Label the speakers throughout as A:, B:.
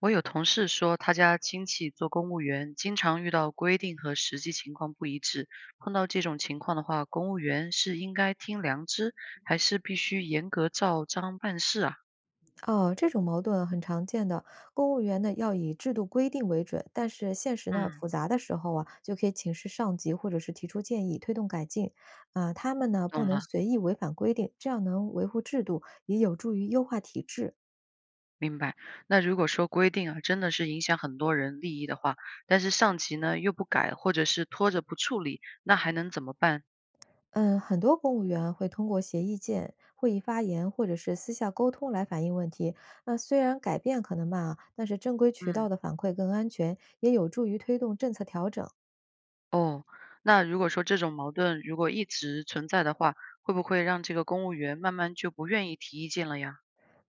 A: 我有同事说，他家亲戚做公务员，经常遇到规定和实际情况不一致。碰到这种情况的话，公务员是应该听良知，还是必须严格照章办事啊？
B: 哦，这种矛盾很常见的。公务员呢要以制度规定为准，但是现实呢
A: 嗯，
B: 复杂的时候啊，就可以请示上级或者是提出建议，推动改进。他们呢不
A: 懂
B: 能
A: 了，
B: 随意违反规定，这样能维护制度，也有助于优化体制。
A: 明白。那如果说规定啊，真的是影响很多人利益的话，但是上级呢又不改，或者是拖着不处理，那还能怎么办？
B: 嗯，很多公务员会通过写意见、会议发言或者是私下沟通来反映问题。那虽然改变可能慢啊，但是正规渠道
A: 嗯，
B: 的反馈更安全，也有助于推动政策调整。
A: 哦，那如果说这种矛盾如果一直存在的话，会不会让这个公务员慢慢就不愿意提意见了呀？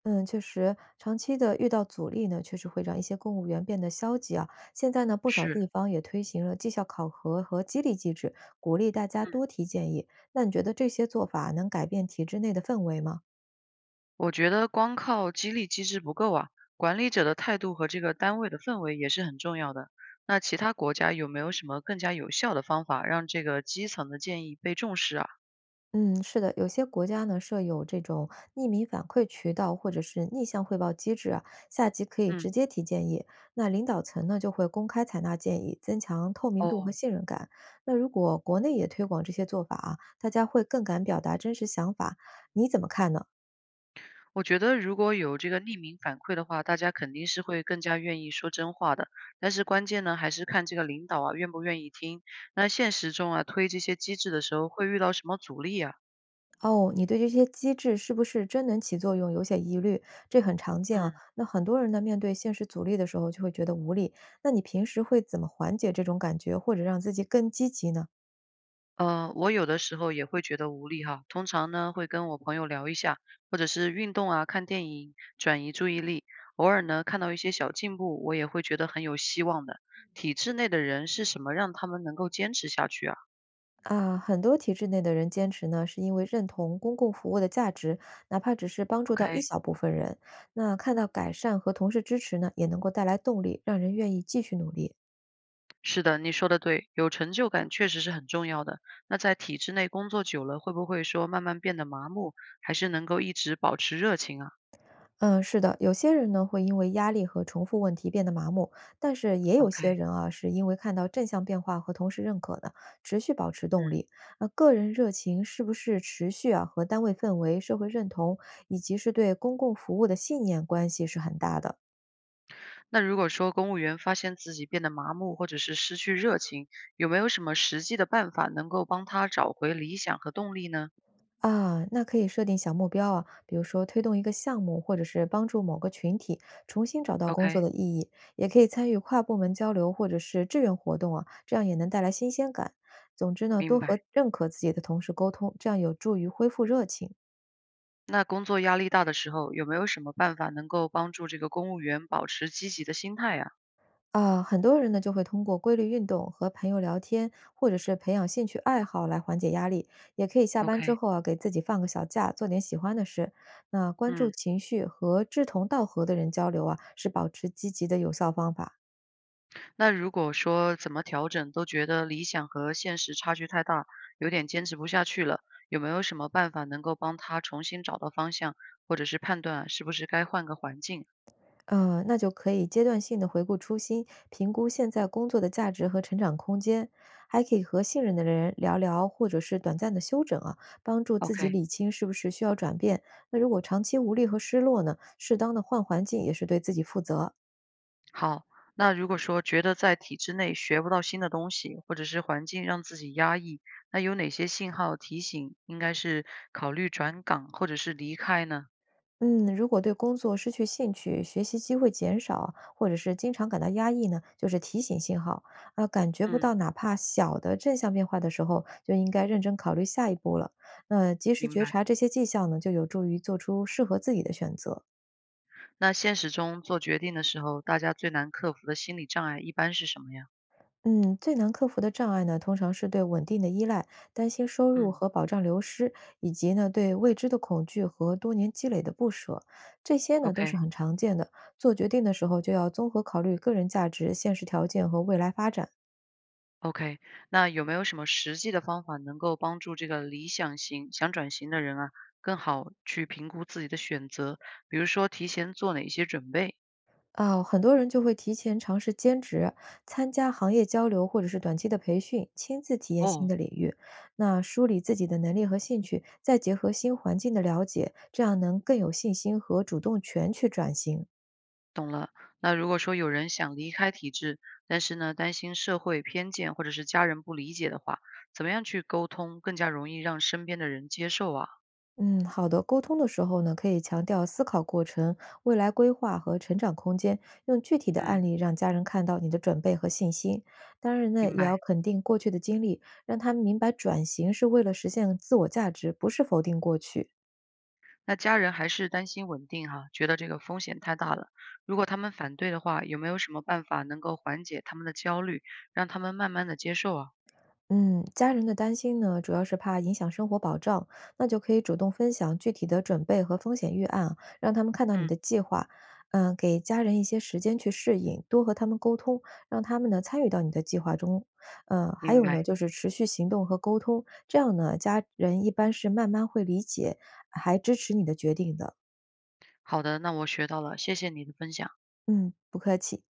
B: 嗯，确实，长期的遇到阻力呢，确实会让一些公务员变得消极啊。现在呢，不少
A: 是，
B: 地方也推行了绩效考核和激励机制，鼓励大家
A: 嗯，
B: 多提建议。那你觉得这些做法能改变体制内的氛围吗？
A: 我觉得光靠激励机制不够啊，管理者的态度和这个单位的氛围也是很重要的。那其他国家有没有什么更加有效的方法让这个基层的建议被重视啊？
B: 嗯，是的，有些国家呢设有这种匿名反馈渠道或者是逆向汇报机制啊，下级可以
A: 嗯，
B: 直接提建议，那领导层呢就会公开采纳建议，增强透明度和
A: 哦，
B: 信任感。那如果国内也推广这些做法啊，大家会更敢表达真实想法，你怎么看呢？
A: 我觉得如果有这个匿名反馈的话，大家肯定是会更加愿意说真话的。但是关键呢，还是看这个领导啊愿不愿意听。那现实中啊，推这些机制的时候会遇到什么阻力啊？
B: 哦，你对这些机制是不是真能起作用有些疑虑，这很常见啊。
A: 嗯。
B: 那很多人呢面对现实阻力的时候就会觉得无力，那你平时会怎么缓解这种感觉，或者让自己更积极呢？
A: 我有的时候也会觉得无力哈，通常呢会跟我朋友聊一下，或者是运动啊、看电影，转移注意力。偶尔呢看到一些小进步，我也会觉得很有希望的。体制内的人是什么让他们能够坚持下去啊
B: 啊，很多体制内的人坚持呢，是因为认同公共服务的价值，哪怕只是帮助到一
A: ？OK，
B: 小部分人。那看到改善和同事支持呢，也能够带来动力，让人愿意继续努力。
A: 是的，你说的对，有成就感确实是很重要的。那在体制内工作久了，会不会说慢慢变得麻木，还是能够一直保持热情啊
B: 嗯，是的，有些人呢会因为压力和重复问题变得麻木，但是也有些
A: ？OK，
B: 人啊是因为看到正向变化和同事认可呢，持续保持动力。
A: 嗯。
B: 那个人热情是不是持续啊和单位氛围、社会认同以及是对公共服务的信念关系是很大的。
A: 那如果说公务员发现自己变得麻木或者是失去热情，有没有什么实际的办法能够帮他找回理想和动力呢
B: 啊，那可以设定小目标啊，比如说推动一个项目，或者是帮助某个群体重新找到工作
A: ？OK，
B: 的意义，也可以参与跨部门交流或者是志愿活动啊，这样也能带来新鲜感。总之呢，
A: 明
B: 多
A: 白。
B: 和认可自己的同事沟通，这样有助于恢复热情。
A: 那工作压力大的时候，有没有什么办法能够帮助这个公务员保持积极的心态呀
B: 啊，很多人呢就会通过规律运动和朋友聊天，或者是培养兴趣爱好来缓解压力，也可以下班之
A: ？OK，
B: 后啊给自己放个小假，做点喜欢的事。那关注
A: 嗯，
B: 情绪和志同道合的人交流啊，是保持积极的有效方法。
A: 那如果说怎么调整都觉得理想和现实差距太大，有点坚持不下去了，有没有什么办法能够帮他重新找到方向，或者是判断啊是不是该换个环境啊
B: 那就可以阶段性的回顾初心，评估现在工作的价值和成长空间，还可以和信任的人聊聊，或者是短暂的休整啊，帮助自己
A: ？OK，
B: 理清是不是需要转变。那如果长期无力和失落呢，适当的换环境也是对自己负责啊。
A: 好，那如果说觉得在体制内学不到新的东西，或者是环境让自己压抑，那有哪些信号提醒应该是考虑转岗或者是离开呢？
B: 嗯，如果对工作失去兴趣、学习机会减少，或者是经常感到压抑呢，就是提醒信号。感觉不到
A: 嗯，
B: 哪怕小的正向变化的时候，就应该认真考虑下一步了。及时
A: 明
B: 觉
A: 白。
B: 察这些迹象呢，就有助于做出适合自己的选择。
A: 那现实中做决定的时候，大家最难克服的心理障碍一般是什么呀？
B: 嗯，最难克服的障碍呢，通常是对稳定的依赖、担心收入
A: 嗯
B: 和保障流失，以及呢对未知的恐惧和多年积累的不舍，这些呢都是
A: ，OK
B: 很常见的。做决定的时候就要综合考虑个人价值、现实条件和未来发展。
A: OK。那有没有什么实际的方法能够帮助这个理想型、想转型的人啊，更好去评估自己的选择？比如说提前做哪一些准备？
B: 啊，很多人就会提前尝试兼职，参加行业交流或者是短期的培训，亲自体验新
A: 哦。
B: 的领域。那梳理自己的能力和兴趣，再结合新环境的了解，这样能更有信心和主动权去转型。
A: 懂了。那如果说有人想离开体制，但是呢，担心社会偏见或者是家人不理解的话，怎么样去沟通更加容易让身边的人接受啊？
B: 嗯，好的。沟通的时候呢，可以强调思考过程、未来规划和成长空间，用具体的案
A: 嗯，
B: 例让家人看到你的准备和信心。当然呢，
A: 明
B: 也要
A: 白。
B: 肯定过去的经历，让他们明白转型是为了实现自我价值，不是否定过去。
A: 那家人还是担心稳定哈、觉得这个风险太大了。如果他们反对的话，有没有什么办法能够缓解他们的焦虑，让他们慢慢的接受啊？
B: 嗯，家人的担心呢，主要是怕影响生活保障，那就可以主动分享具体的准备和风险预案啊让他们看到你
A: 嗯，
B: 的计划，嗯，给家人一些时间去适应，多和他们沟通，让他们呢参与到你的计划中，嗯，还
A: 明
B: 有
A: 白。
B: 呢就是持续行动和沟通，这样呢家人一般是慢慢会理解，还支持你的决定的。
A: 好的，那我学到了，谢谢你的分享。
B: 嗯，不客气。